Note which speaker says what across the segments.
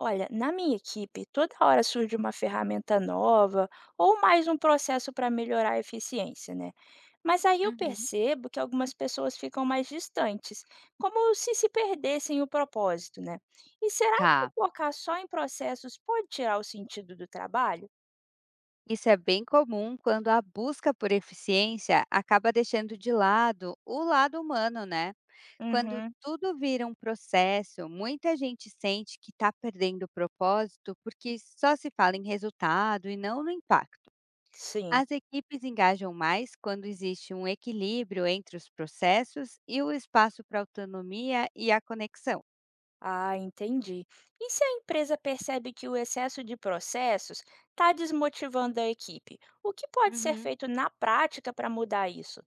Speaker 1: Olha, na minha equipe, toda hora surge uma ferramenta nova ou mais um processo para melhorar a eficiência, né? Mas aí eu
Speaker 2: Uhum.
Speaker 1: percebo que algumas pessoas ficam mais distantes, como se se perdessem o propósito, né? E será que
Speaker 2: Tá.
Speaker 1: focar só em processos pode tirar o sentido do trabalho?
Speaker 2: Isso é bem comum quando a busca por eficiência acaba deixando de lado o lado humano, né? Quando
Speaker 1: Uhum,
Speaker 2: tudo vira um processo, muita gente sente que está perdendo o propósito porque só se fala em resultado e não no impacto.
Speaker 1: sim.
Speaker 2: As equipes engajam mais quando existe um equilíbrio entre os processos e o espaço para autonomia e a conexão.
Speaker 1: Ah, entendi. E se a empresa percebe que o excesso de processos está desmotivando a equipe? O que pode ser
Speaker 2: Uhum.
Speaker 1: feito na prática para mudar isso?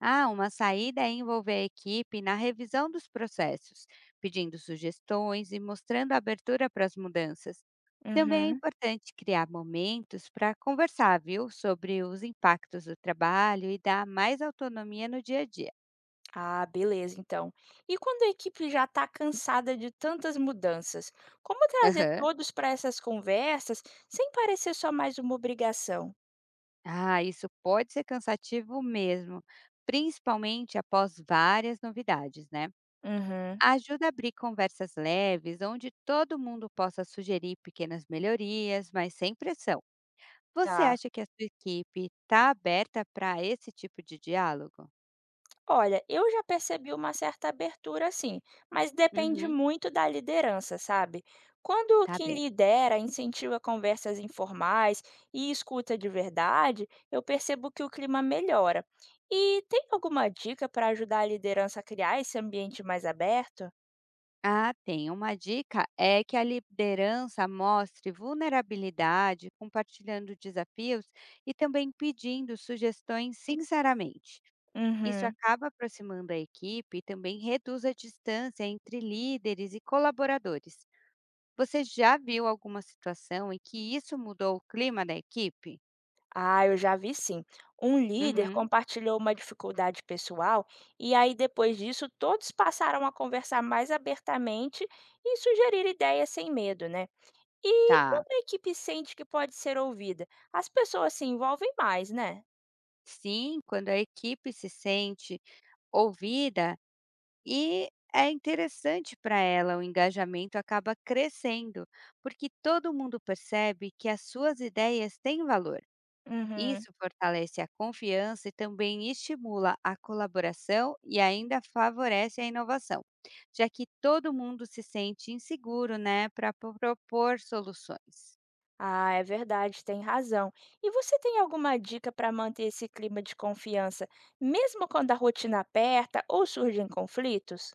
Speaker 2: Ah, uma saída é envolver a equipe na revisão dos processos, pedindo sugestões e mostrando abertura para as mudanças. Também é
Speaker 1: Uhum.
Speaker 2: importante criar momentos para conversar, viu, sobre os impactos do trabalho e dar mais autonomia no dia a dia.
Speaker 1: Ah, beleza, então. E quando a equipe já está cansada de tantas mudanças, como trazer
Speaker 2: Aham.
Speaker 1: todos para essas conversas sem parecer só mais uma obrigação?
Speaker 2: Ah, isso pode ser cansativo mesmo, principalmente após várias novidades, né?
Speaker 1: Uhum.
Speaker 2: Ajuda a abrir conversas leves, onde todo mundo possa sugerir pequenas melhorias, mas sem pressão. Você
Speaker 1: Tá.
Speaker 2: acha que a sua equipe está aberta para esse tipo de diálogo?
Speaker 1: Olha, eu já percebi uma certa abertura, sim, mas depende
Speaker 2: Uhum.
Speaker 1: muito da liderança, sabe? Quando
Speaker 2: Tá
Speaker 1: quem
Speaker 2: bem.
Speaker 1: lidera incentiva conversas informais e escuta de verdade, eu percebo que o clima melhora. E tem alguma dica para ajudar a liderança a criar esse ambiente mais aberto?
Speaker 2: Ah, tem. Uma dica é que a liderança mostre vulnerabilidade, compartilhando desafios e também pedindo sugestões sinceramente. Isso
Speaker 1: Uhum.
Speaker 2: acaba aproximando a equipe e também reduz a distância entre líderes e colaboradores. Você já viu alguma situação em que isso mudou o clima da equipe?
Speaker 1: Ah, eu já vi sim. Um líder
Speaker 2: Uhum.
Speaker 1: compartilhou uma dificuldade pessoal e aí depois disso todos passaram a conversar mais abertamente e sugerir ideias sem medo, né? E
Speaker 2: Tá.
Speaker 1: quando a equipe sente que pode ser ouvida, as pessoas se envolvem mais, né?
Speaker 2: Sim, quando a equipe se sente ouvida e é interessante para ela, o engajamento acaba crescendo, porque todo mundo percebe que as suas ideias têm valor.
Speaker 1: Uhum.
Speaker 2: Isso fortalece a confiança e também estimula a colaboração e ainda favorece a inovação, já que todo mundo se sente inseguro, né, para propor soluções.
Speaker 1: Ah, é verdade, tem razão. E você tem alguma dica para manter esse clima de confiança, mesmo quando a rotina aperta ou surgem conflitos?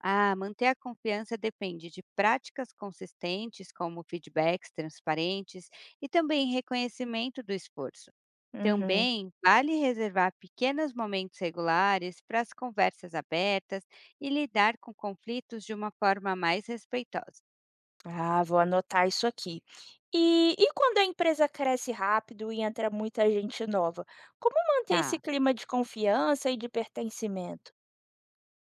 Speaker 2: Ah, manter a confiança depende de práticas consistentes, como feedbacks transparentes e também reconhecimento do esforço.
Speaker 1: Uhum.
Speaker 2: Também vale reservar pequenos momentos regulares para as conversas abertas e lidar com conflitos de uma forma mais respeitosa.
Speaker 1: Ah, vou anotar isso aqui. E quando a empresa cresce rápido e entra muita gente nova, como manter esse
Speaker 2: Tá.
Speaker 1: clima de confiança e de pertencimento?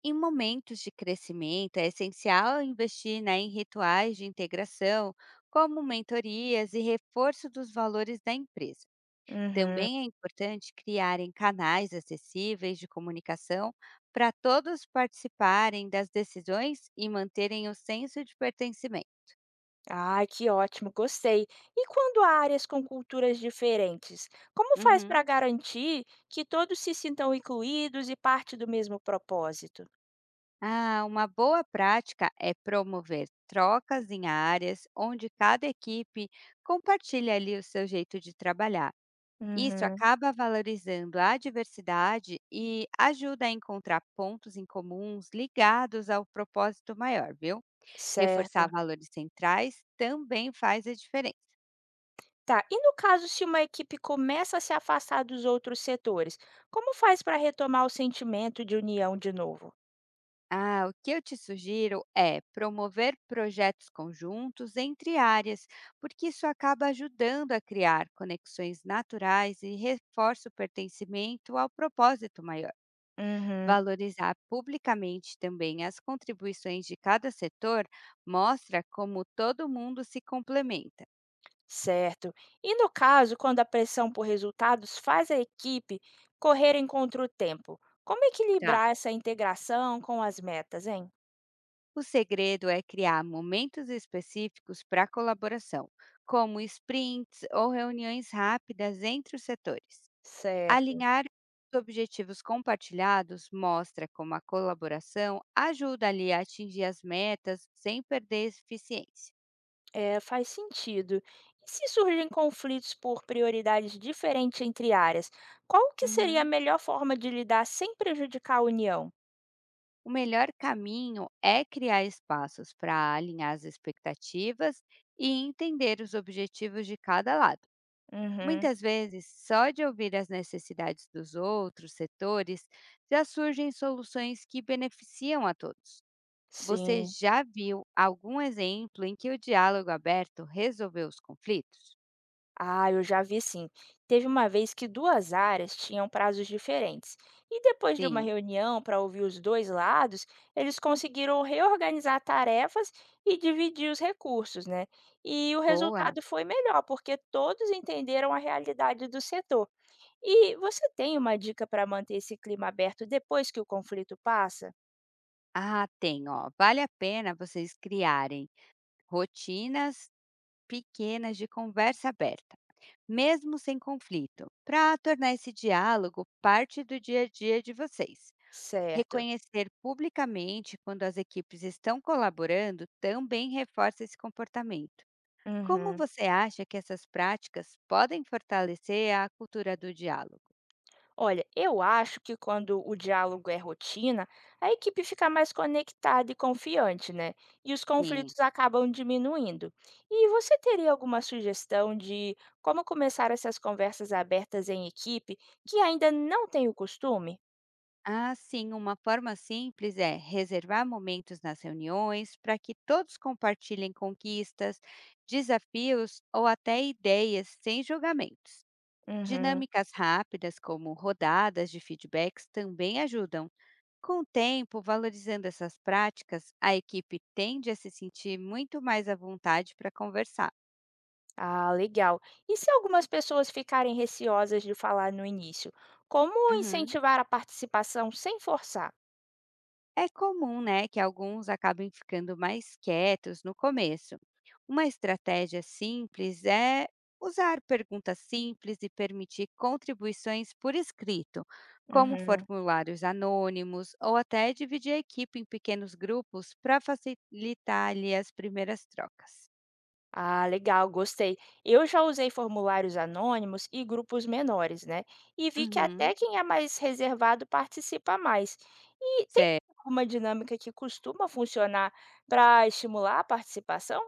Speaker 2: Em momentos de crescimento, é essencial investir, né, em rituais de integração, como mentorias e reforço dos valores da empresa.
Speaker 1: Uhum.
Speaker 2: Também é importante criarem canais acessíveis de comunicação para todos participarem das decisões e manterem o senso de pertencimento.
Speaker 1: Ah, que ótimo, gostei. E quando há áreas com culturas diferentes, como faz
Speaker 2: Uhum.
Speaker 1: para garantir que todos se sintam incluídos e parte do mesmo propósito?
Speaker 2: Ah, uma boa prática é promover trocas em áreas onde cada equipe compartilha ali o seu jeito de trabalhar. Isso
Speaker 1: Uhum.
Speaker 2: acaba valorizando a diversidade e ajuda a encontrar pontos em comuns ligados ao propósito maior, viu? Reforçar
Speaker 1: Certo.
Speaker 2: valores centrais também faz a diferença.
Speaker 1: Tá, e no caso se uma equipe começa a se afastar dos outros setores, como faz para retomar o sentimento de união de novo?
Speaker 2: Ah, o que eu te sugiro é promover projetos conjuntos entre áreas, porque isso acaba ajudando a criar conexões naturais e reforça o pertencimento ao propósito maior.
Speaker 1: Uhum,
Speaker 2: Valorizar publicamente também as contribuições de cada setor mostra como todo mundo se complementa.
Speaker 1: certo. E no caso, quando a pressão por resultados faz a equipe correrem contra o tempo, como
Speaker 2: Tá.
Speaker 1: equilibrar essa integração com as metas, hein?
Speaker 2: O segredo é criar momentos específicos para colaboração, como sprints ou reuniões rápidas entre os setores.
Speaker 1: Certo,
Speaker 2: Alinhar os objetivos compartilhados mostra como a colaboração ajuda ali a atingir as metas sem perder eficiência.
Speaker 1: é, faz sentido. E se surgem conflitos por prioridades diferentes entre áreas, qual que seria a
Speaker 2: Uhum.
Speaker 1: melhor forma de lidar sem prejudicar a união?
Speaker 2: O melhor caminho é criar espaços para alinhar as expectativas e entender os objetivos de cada lado.
Speaker 1: Uhum,
Speaker 2: Muitas vezes, só de ouvir as necessidades dos outros setores, já surgem soluções que beneficiam a todos. Você
Speaker 1: sim.
Speaker 2: já viu algum exemplo em que o diálogo aberto resolveu os conflitos?
Speaker 1: Ah, eu já vi sim. Teve uma vez que duas áreas tinham prazos diferentes. E depois de uma
Speaker 2: Sim,
Speaker 1: reunião para ouvir os dois lados, eles conseguiram reorganizar tarefas e dividir os recursos, né? E o
Speaker 2: boa.
Speaker 1: resultado foi melhor, porque todos entenderam a realidade do setor. E você tem uma dica para manter esse clima aberto depois que o conflito passa?
Speaker 2: Ah, tem, ó. Vale a pena vocês criarem rotinas pequenas de conversa aberta mesmo sem conflito, para tornar esse diálogo parte do dia a dia de vocês.
Speaker 1: Certo.
Speaker 2: Reconhecer publicamente quando as equipes estão colaborando também reforça esse comportamento. Como
Speaker 1: Uhum.
Speaker 2: você acha que essas práticas podem fortalecer a cultura do diálogo?
Speaker 1: Olha, eu acho que quando o diálogo é rotina, a equipe fica mais conectada e confiante, né? E os
Speaker 2: Sim.
Speaker 1: conflitos acabam diminuindo. E você teria alguma sugestão de como começar essas conversas abertas em equipe que ainda não tem o costume?
Speaker 2: Ah, sim, uma forma simples é reservar momentos nas reuniões para que todos compartilhem conquistas, desafios ou até ideias sem julgamentos.
Speaker 1: Uhum.
Speaker 2: Dinâmicas rápidas, como rodadas de feedbacks, também ajudam. Com o tempo, valorizando essas práticas, a equipe tende a se sentir muito mais à vontade para conversar.
Speaker 1: Ah, legal. E se algumas pessoas ficarem receosas de falar no início, como
Speaker 2: Uhum.
Speaker 1: incentivar a participação sem forçar?
Speaker 2: É comum, né, que alguns acabem ficando mais quietos no começo. Uma estratégia simples é usar perguntas simples e permitir contribuições por escrito, como
Speaker 1: Uhum.
Speaker 2: formulários anônimos ou até dividir a equipe em pequenos grupos para facilitar ali as primeiras trocas.
Speaker 1: Ah, legal, gostei. Eu já usei formulários anônimos e grupos menores, né? E vi que
Speaker 2: Uhum.
Speaker 1: até quem é mais reservado participa mais. E tem
Speaker 2: Certo.
Speaker 1: alguma dinâmica que costuma funcionar para estimular a participação?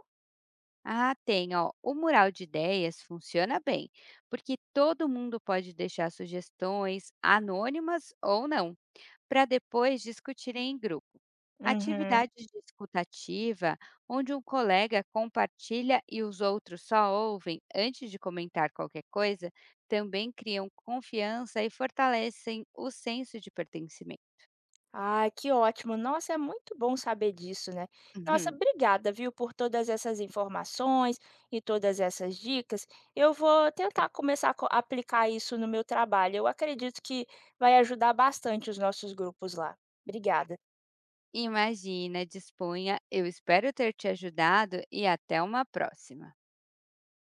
Speaker 2: Ah, tem, ó. O mural de ideias funciona bem, porque todo mundo pode deixar sugestões anônimas ou não, para depois discutirem em grupo.
Speaker 1: Uhum.
Speaker 2: Atividades de escuta onde um colega compartilha e os outros só ouvem antes de comentar qualquer coisa também criam confiança e fortalecem o senso de pertencimento.
Speaker 1: Ah, que ótimo. Nossa, é muito bom saber disso, né? Nossa,
Speaker 2: Uhum.
Speaker 1: obrigada, viu, por todas essas informações e todas essas dicas. Eu vou tentar começar a co- aplicar isso no meu trabalho. Eu acredito que vai ajudar bastante os nossos grupos lá. Obrigada.
Speaker 2: Imagina, disponha, eu espero ter te ajudado e até uma próxima.